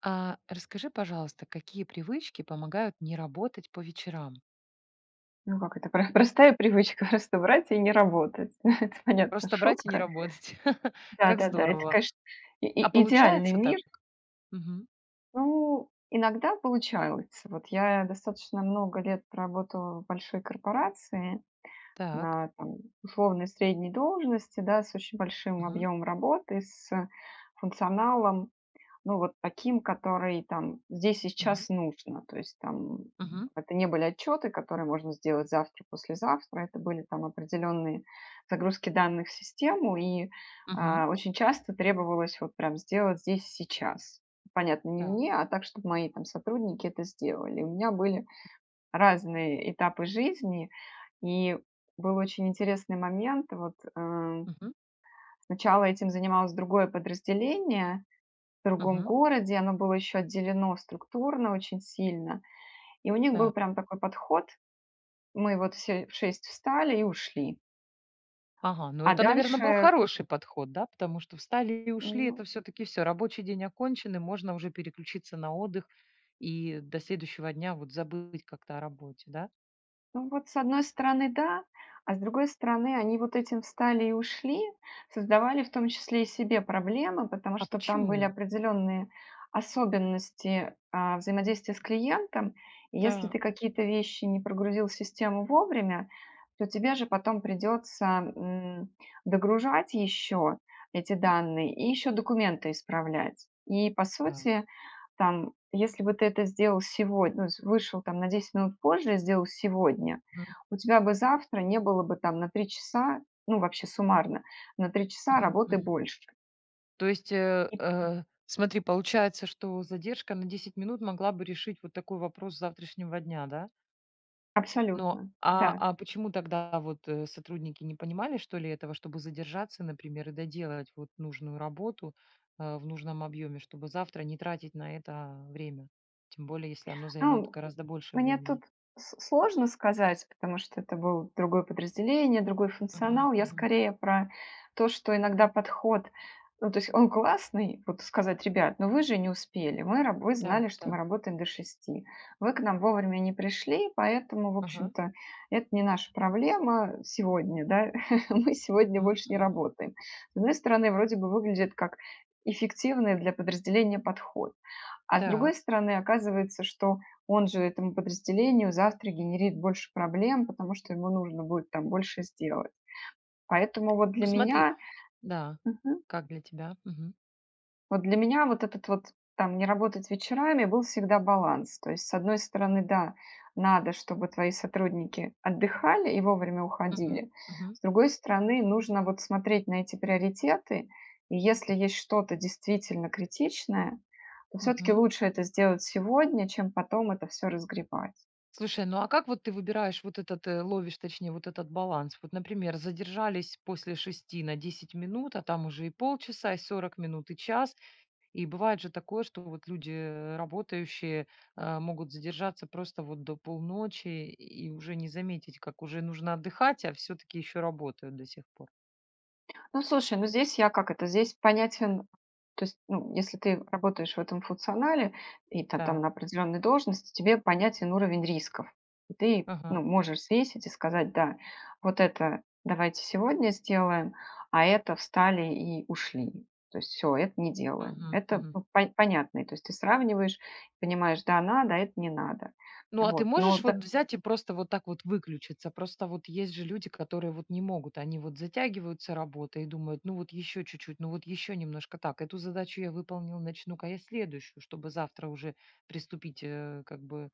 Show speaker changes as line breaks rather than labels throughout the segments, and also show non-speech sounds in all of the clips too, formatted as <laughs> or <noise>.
А расскажи, пожалуйста, какие привычки помогают не работать по вечерам?
Ну как это, про простая привычка <laughs> просто брать и не работать. <laughs> Это, понятно,
Просто брать и не
шутка.
работать. <laughs> Как
Да-да-да, это,
здорово.
конечно, и
А
и идеальный
получается так?
мир.
Мгм.
Ну, иногда получается. Вот я достаточно много лет проработала в большой корпорации
Так.
на, там, условной средней должности, да, с очень большим
Мгм.
объемом работы, с функционалом. Ну, вот таким, который там здесь и
Мгм.
сейчас нужно. То есть там
Мгм.
это не были отчеты, которые можно сделать завтра, послезавтра. Это были там определенные загрузки данных в систему,
Мгм.
очень часто требовалось вот прям сделать здесь и сейчас. Понятно, не
Так.
мне, а так, чтобы мои там сотрудники это сделали. У меня были разные этапы жизни, и был очень интересный момент. Вот
Мгм.
сначала этим занималось другое подразделение, в другом
Мгм.
городе, оно было еще отделено структурно очень сильно. И у них был
Так.
прям такой подход: мы вот все в 6 встали и ушли,
Ага, ну
а
это, наверное, был
дальше,
хороший подход, да, потому что встали и ушли, это
ну
все-таки все, рабочий день окончен, и можно уже переключиться на отдых и до следующего дня вот забыть как-то о работе, да?
Ну вот, с одной стороны, да, а с другой стороны, они вот этим встали и ушли, создавали в том числе и себе проблемы, потому
А
что там были
почему?
определенные особенности взаимодействия с клиентом. И если
Так.
ты какие-то вещи не прогрузил в систему вовремя, то тебе же потом придется м, догружать еще эти данные и еще документы исправлять. И по
Так.
сути, там, если бы ты это сделал сегодня, ну, с вышел там на 10 минут позже и сделал сегодня,
Мгм.
у тебя бы завтра не было бы там на 3 часа, ну, вообще суммарно, на три часа
Мгм.
работы
Мгм.
больше.
То есть,
И
смотри, получается, что задержка на 10 минут могла бы решить вот такой вопрос завтрашнего дня, да? Но
абсолютно,
а,
да.
а почему тогда вот сотрудники не понимали, что ли, этого, чтобы задержаться, например, и доделать вот нужную работу в нужном объеме, чтобы завтра не тратить на это время? Тем более, если оно займет
Ну,
гораздо больше
мне тут
времени.
с сложно сказать, потому что это был другое подразделение, другой
Мгм,
функционал. Я
мгм.
скорее про то, что иногда подход, ну, то есть он классный, вот сказать: «Ребят, но вы же не успели, мы раб вы знали,
Так,
что мы
так.
работаем до 6. Вы к нам вовремя не пришли, поэтому, в
Ага.
общем-то, это не наша проблема сегодня, да, <laughs> мы сегодня
Мгм,
больше не
мгм.
работаем». С одной стороны, вроде бы выглядит как эффективный для подразделения подход. А с другой
Так.
стороны, оказывается, что он же этому подразделению завтра генерит больше проблем, потому что ему нужно будет там больше сделать. Поэтому вот для
Ну смотри,
меня
да.
мгм.
Как для тебя? Мгм,
Вот для меня вот этот вот там не работать вечерами был всегда баланс. То есть, с одной стороны, да, надо, чтобы твои сотрудники отдыхали и вовремя
мгм,
уходили.
мгм,
С другой стороны, нужно вот смотреть на эти приоритеты. И если есть что-то действительно критичное, то все-таки
мгм.
лучше это сделать сегодня, чем потом это все разгребать.
Слушай, ну а как вот ты выбираешь вот этот, ловишь, точнее, вот этот баланс? Вот, например, задержались после 6 на 10 минут, а там уже и полчаса, и 40 минут, и час. И бывает же такое, что вот люди работающие могут задержаться просто вот до полночи и уже не заметить, как уже нужно отдыхать, а все-таки еще работают до сих пор.
Ну, слушай, ну здесь я как это, здесь понятен, то есть, ну, если ты работаешь в этом функционале и там
Так.
на определенной должности, тебе понятен уровень рисков. И ты, ну,
Ага.
можешь свесить и сказать, да, вот это давайте сегодня сделаем, а это встали и ушли. То есть все, это не делаем.
Мгм,
Это
мгм.
ну, понятно. И то есть ты сравниваешь, понимаешь, да, надо, а это не надо.
Ну, а ты
Вот.
можешь вот взять и просто вот так вот выключиться? Просто вот есть же люди, которые вот не могут. Они вот затягиваются работой и думают, ну вот еще чуть-чуть, ну вот еще немножко так. Эту задачу я выполнил, начну-ка я следующую, чтобы завтра уже приступить как бы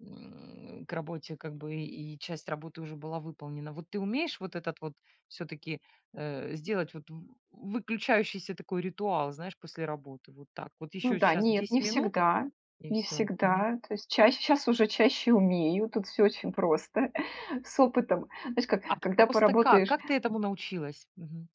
к работе, как бы и часть работы уже была выполнена. Вот ты умеешь вот этот вот все-таки сделать вот выключающийся такой ритуал, знаешь, после работы, вот так. Вот
Ну
еще
да,
сейчас
нет, не
10 минут
всегда,
и
не
все.
всегда. То есть чаще, сейчас уже чаще умею, тут все очень просто, <laughs> с опытом. Знаешь, как,
А п
когда
просто как?
поработаешь,
Как ты этому научилась? Мгм.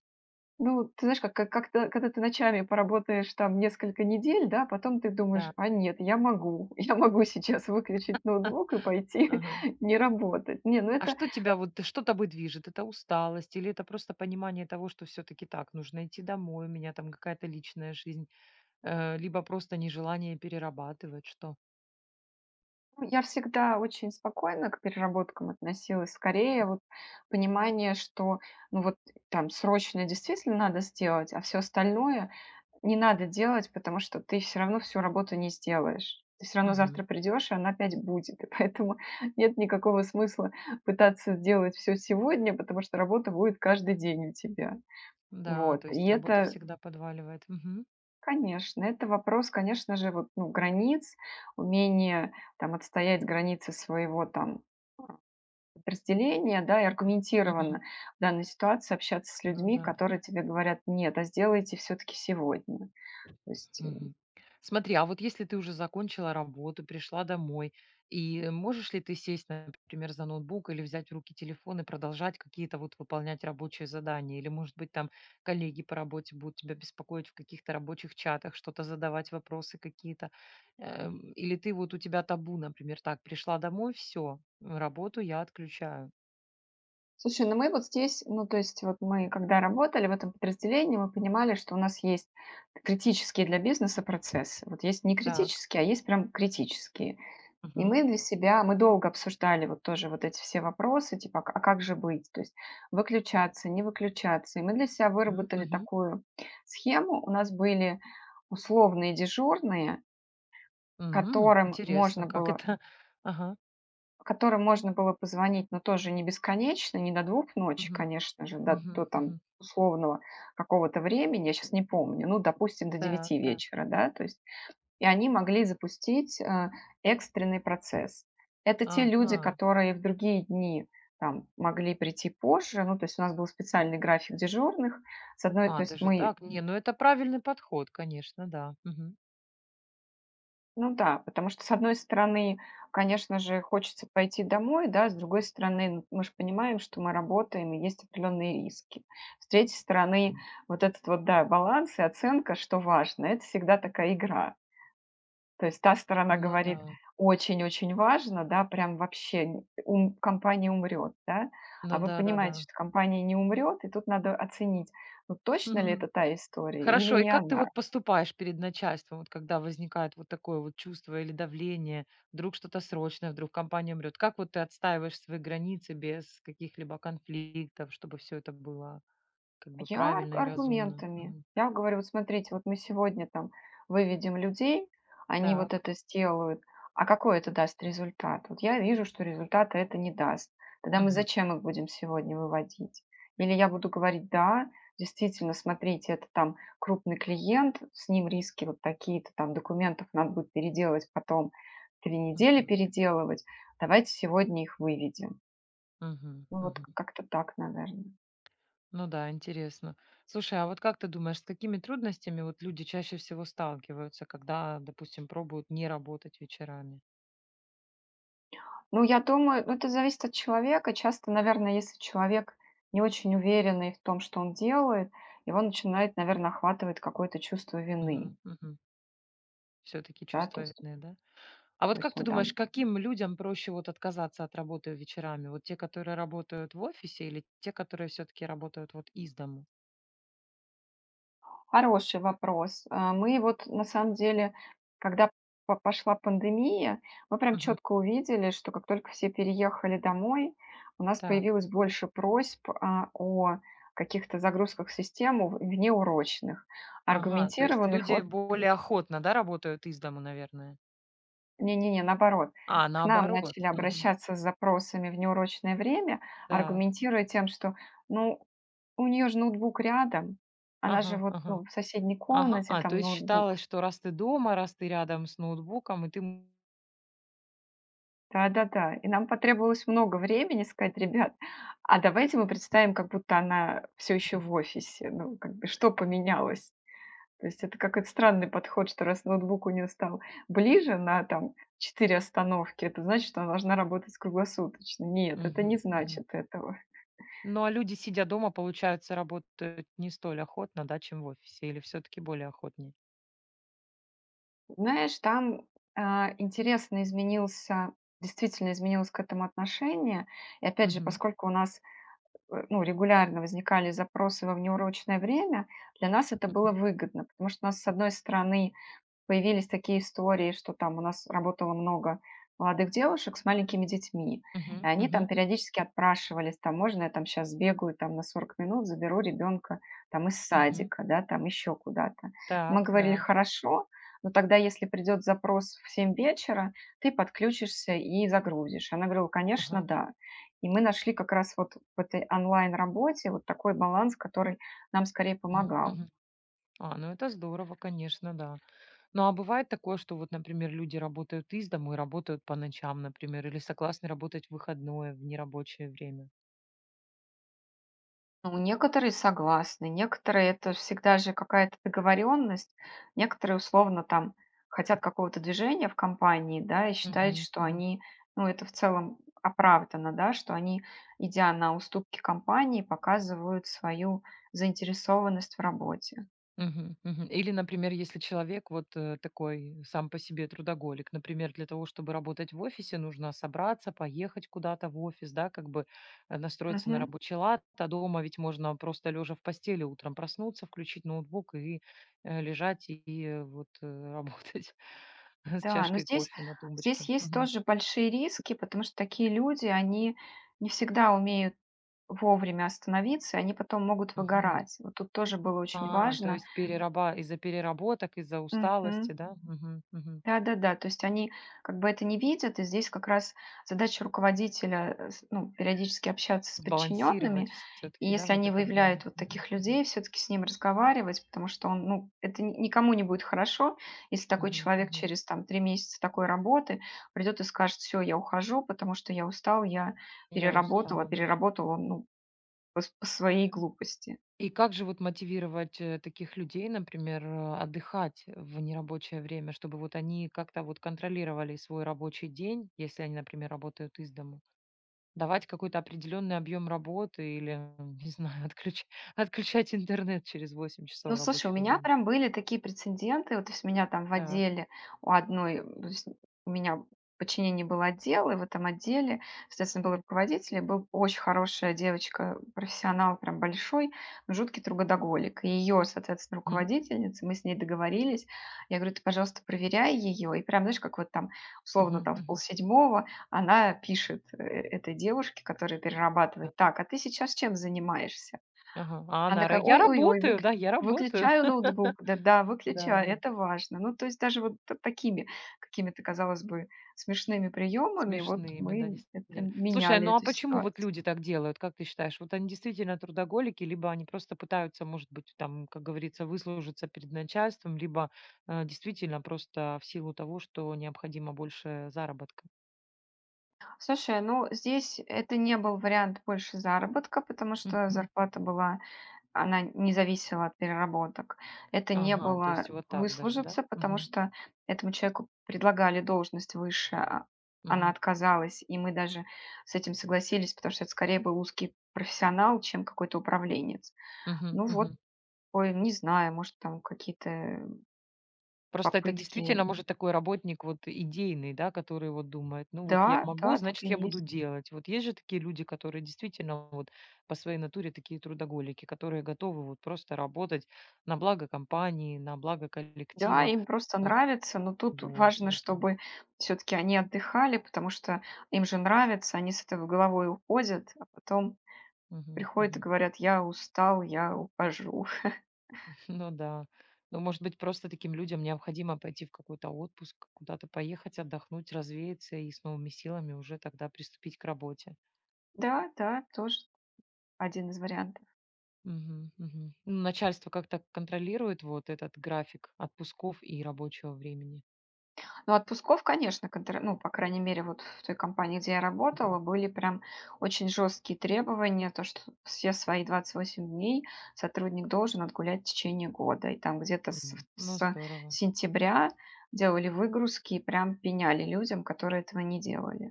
ну, ты знаешь, как-то, когда ты ночами поработаешь там несколько недель, да, потом ты думаешь,
Да.
а нет, я могу, <laughs> я могу сейчас выключить ноутбук и
<laughs>
пойти
Ага.
<laughs> не работать. Не, ну
А
это,
что тебя вот что тобой движет? Это усталость или это просто понимание того, что все таки так, нужно идти домой, у меня там какая-то личная жизнь, либо просто нежелание перерабатывать, что?
ну, я всегда очень спокойно к переработкам относилась, скорее вот понимание, что, ну вот там срочно действительно надо сделать, а все остальное, не надо делать, потому что ты все равно всю работу не сделаешь. Ты все равно завтра
Мгм.
придешь, и она опять будет. И поэтому <laughs> нет никакого смысла пытаться сделать все сегодня, потому что работа будет каждый день у тебя.
Да,
Вот.
то
И
есть работа
это,
всегда подваливает. Мгм.
конечно, это вопрос, конечно же, вот, ну, границ, умения там отстоять границы своего там а, подразделения, да, и
Мгм.
аргументированно в данной ситуации общаться с
Ну
людьми,
да.
которые тебе говорят: «Нет, а сделайте все-таки сегодня». То есть э,
Мгм. Смотри, а вот если ты уже закончила работу, пришла домой, и можешь ли ты сесть, например, за ноутбук или взять в руки телефон и продолжать какие-то вот выполнять рабочие задания? Или, может быть, там коллеги по работе будут тебя беспокоить в каких-то рабочих чатах, что-то задавать, вопросы какие-то? Или ты вот у тебя табу, например, так, пришла домой, все, работу я отключаю.
Слушай, ну мы вот здесь, ну то есть вот мы когда работали в этом подразделении, мы понимали, что у нас есть критические для бизнеса процессы. Вот есть не
Так.
критические, а есть прям критические. И
Мгм.
мы для себя, мы долго обсуждали вот тоже вот эти все вопросы, типа, а как же быть, то есть выключаться, не выключаться. И мы для себя выработали
Мгм.
такую схему. У нас были условные дежурные, которым
Интересно,
можно
как
было
это? <laughs> Ага.
по которым можно было позвонить, но тоже не бесконечно, не до 2 ночи,
Мгм.
конечно же, до
Мгм.
до там
Мгм.
условного какого-то времени, я сейчас не помню, ну, допустим, до
Так,
девяти
так.
вечера, да, то есть. И они могли запустить, экстренный процесс. Это те люди,
Ага.
которые в другие дни там могли прийти позже. Ну, то есть у нас был специальный график дежурных. С одной то
А,
есть
даже
мы
так? Не, ну это правильный подход, конечно, да. Мгм.
Ну да, потому что, с одной стороны, конечно же, хочется пойти домой, да, с другой стороны, ну, мы же понимаем, что мы работаем, и есть определенные риски. С третьей стороны, вот этот вот, да, баланс и оценка, что важно, это всегда такая игра. То есть та сторона
Ну да.
говорит, очень-очень важно, да, прям вообще компания умрет, да, а
Ну
вы
да-да-да.
понимаете, что компания не умрет, и тут надо оценить, ну точно ли это
<laughs>
та история или
Хорошо, и
не
как ты
она.
вот поступаешь перед начальством, вот когда возникает вот такое вот чувство или давление, вдруг что-то срочное, вдруг компания умрет? Как вот ты отстаиваешь свои границы без каких-либо конфликтов, чтобы все это было как бы
Я
правильно и разумно?
аргументами.
Мгм.
Я говорю: «Вот смотрите, вот мы сегодня там выведем людей, они вот
Так.
это сделают, а какой это даст результат? Вот я вижу, что результата это не даст. Тогда мы
Мгм.
зачем их будем сегодня выводить?» Или я буду говорить: «Да, действительно, смотрите, это там крупный клиент, с ним риски вот такие-то, там документов надо будет переделывать потом, три недели
Мгм.
переделывать. Давайте сегодня их выведем».
Мгм.
Ну, вот
Мгм.
как-то так, наверное.
Ну да, интересно. Слушай, а вот как ты думаешь, с какими трудностями вот люди чаще всего сталкиваются, когда, допустим, пробуют не работать вечерами?
Ну, я думаю, ну, это зависит от человека. Часто, наверное, если человек не очень уверенный в том, что он делает, его начинает, наверное, охватывать какое-то чувство вины,
Мгм, мгм. Все-таки
да,
чувство вины, да? А
то
вот
есть
как ты
он
думаешь,
там...
каким людям проще вот отказаться от работы вечерами? Вот те, которые работают в офисе, или те, которые все-таки работают вот из дому?
Хороший вопрос. Мы вот, на самом деле, когда пошла пандемия, мы прям
Мгм.
четко увидели, что как только все переехали домой, у нас
Так.
появилось больше просьб о каких-то загрузках в систему внеурочных,
Ага, то есть
аргументированных
люди
вот.
более охотно, да, работают из дому, наверное.
Не-не-не, наоборот.
А,
К нам
наоборот.
начали
Мгм.
обращаться с запросами в неурочное время,
Так.
аргументируя тем, что, ну, у нее же ноутбук рядом, она
Ага,
же вот,
ага.
ну, в соседней
Ага,
комнате
а,
там
то есть
ноутбук.
считалось, что раз ты дома, раз ты рядом с ноутбуком, и ты.
Да-да-да. И нам потребовалось много времени сказать: «Ребят, а давайте мы представим, как будто она все еще в офисе». Ну, как бы что поменялось? То есть это какой-то странный подход, что раз ноутбук у нее стал ближе на там 4 остановки, это значит, что она должна работать круглосуточно. Нет, это не
Мгм, мгм.
значит этого.
Ну, а люди, сидя дома, получается, работают не столь охотно, да, чем в офисе, или все-таки более охотнее?
Знаешь, там а, интересно изменился, действительно изменилось к этому отношение. И опять же,
Мгм,
поскольку у нас ну, регулярно возникали запросы во внеурочное время, для нас это было
мгм,
выгодно, потому что у нас, с одной стороны, появились такие истории, что там у нас работало много молодых девушек с маленькими детьми, и
мгм,
они там
мгм,
периодически отпрашивались, там, можно я там сейчас сбегаю там на 40 минут, заберу ребенка там из
мгм.
садика, да, там еще куда-то. Мы
Так,
говорили,
да.
хорошо, но тогда, если придет запрос в 7 вечера, ты подключишься и загрузишь. Она говорила, конечно,
Ага.
да. И мы нашли как раз вот в этой онлайн-работе вот такой баланс, который нам скорее
Мгм,
помогал.
мгм. А, ну это здорово, конечно, да. Ну, а бывает такое, что вот, например, люди работают из дому и работают по ночам, например, или согласны работать в выходное, в нерабочее время?
Ну, некоторые согласны, некоторые — это всегда же какая-то договоренность. Некоторые, условно, там хотят какого-то движения в компании, да, и считают,
Мгм,
что
мгм.
они, ну, это в целом оправдано, да, что они, идя на уступки компании, показывают свою заинтересованность в работе.
Мгм, мгм. Или, например, если человек вот такой сам по себе трудоголик, например, для того, чтобы работать в офисе, нужно собраться, поехать куда-то в офис, да, как бы настроиться на
Мгм.
рабочий лад, а дома ведь можно просто лежа в постели утром проснуться, включить ноутбук и лежать и работать <laughs> с
Да, но
чашкой
здесь,
кофе на тумбочке.
здесь есть
Мгм,
тоже большие риски, потому что такие люди, они не всегда умеют вовремя остановиться, и они потом могут
мгм.
выгорать. Вот тут тоже было очень
А, то
важно.
есть перераба из-за переработок, из-за
Мгм.
усталости, да? Мгм, мгм.
Да-да-да. То есть они как бы это не видят, и здесь как раз задача руководителя, ну, периодически общаться с подчиненными,
Сбалансировать
и
все-таки, да,
если
вот
они
это время.
выявляют вот
Мгм,
таких
мгм.
людей, все-таки с ним разговаривать, потому что он, ну, это никому не будет хорошо, если такой
Мгм,
человек
мгм.
через там 3 месяца такой работы придет и скажет, все, я ухожу, потому что я устал, я
Я
переработала,
устала, да.
переработал он, ну, по своей глупости.
И как же вот мотивировать, таких людей, например, отдыхать в нерабочее время, чтобы вот они как-то вот контролировали свой рабочий день, если они, например, работают из дому? Давать какой-то определенный объем работы или, <laughs> не знаю, отключ <laughs> отключать интернет через 8
Ну,
часов
слушай, у
рабочего
меня
времени.
прям были такие прецеденты. Вот, то есть меня там в
Так.
отделе у одной, то есть у меня в подчинении был отдел, и в этом отделе, соответственно, был руководитель, и был очень хорошая девочка, профессионал прям большой, но жуткий трудоголик. И ее, соответственно,
Мгм,
руководительница, мы с ней договорились. Я говорю, ты, пожалуйста, проверяй ее. И прям, знаешь, как вот там, условно,
мгм,
там в
мгм.
полседьмого она пишет этой девушке, которая
Так.
перерабатывает, так, а ты сейчас чем занимаешься?
Ага. А
Она
она:
такая:
"Я
«Ой-ой-ой,
работаю,
выкли
да, я работаю".
выключаю
<laughs>
ноутбук, да-да, выключаю,
Да-да.
это важно». Ну, то есть даже вот т такими какими-то, казалось бы, смешными приемами вот
Смешными, да,
мы это
действительно. Слушай, а,
меняли
ну а
эту
почему вот
ситуацию.
люди так делают, как ты считаешь? Вот они действительно трудоголики, либо они просто пытаются, может быть, там, как говорится, выслужиться перед начальством, либо действительно просто в силу того, что необходимо больше заработка.
Слушай, ну здесь это не был вариант больше заработка, потому что
Мгм.
зарплата была. Она не зависела от переработок. Это не
Ага, то
было
есть вот так даже, да?
выслужиться, потому
Мгм.
что этому человеку предлагали должность выше, а она
Мгм.
отказалась, и мы даже с этим согласились, потому что это скорее был узкий профессионал, чем какой-то управленец.
Мгм.
Ну вот,
Мгм.
ой, не знаю, может, там какие-то
Просто это
попытки.
действительно может такой работник вот идейный, да, который вот думает: "Ну вот я
Да,
могу,
да, так
значит,
и
я буду
есть.
делать". Вот есть же такие люди, которые действительно вот по своей натуре такие трудоголики, которые готовы вот просто работать на благо компании, на благо
Да,
коллектива.
им просто
Э,
нравится, но тут
вот
важно,
вот вот.
чтобы все-таки они отдыхали, потому что им же нравится, они с этого головой уходят, а потом
Мгм,
приходят и
мгм.
говорят: «Я устал, я ухожу». <laughs>
<laughs> Ну да. Ну, может быть, просто таким людям необходимо пойти в какой-то отпуск, куда-то поехать, отдохнуть, развеяться и с новыми силами уже тогда приступить к работе.
Да, да, тоже один из вариантов.
Мгм, мгм. Ну, начальство как-то контролирует вот этот график отпусков и рабочего времени?
Но отпусков, конечно, контр ну, по крайней мере, вот в той компании, где я работала,
Мгм.
были прям очень жесткие требования, то, что все свои 28 дней сотрудник должен отгулять в течение года. И там где-то с
Мгм. Ну,
с
здорово.
сентября делали выгрузки и прям пеняли людям, которые этого не делали.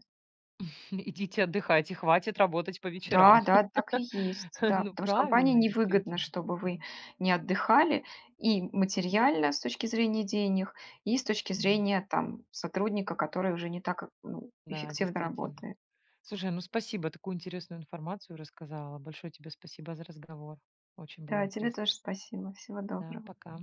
<laughs> Идите отдыхайте, хватит работать по
Да,
вечерам.
да, так и есть,
<laughs>
да.
Ну,
Потому что компании
правильно,
невыгодно,
действительно.
чтобы вы
Мгм,
не отдыхали и материально с точки зрения денег, и с точки
мгм.
зрения там сотрудника, который уже не так, ну,
Да,
эффективно
действительно.
работает.
Слушай, ну спасибо, такую интересную информацию рассказала. Большое тебе спасибо за разговор. Очень было
Да, тебе
интересно.
тоже спасибо. Всего
Да,
доброго.
пока.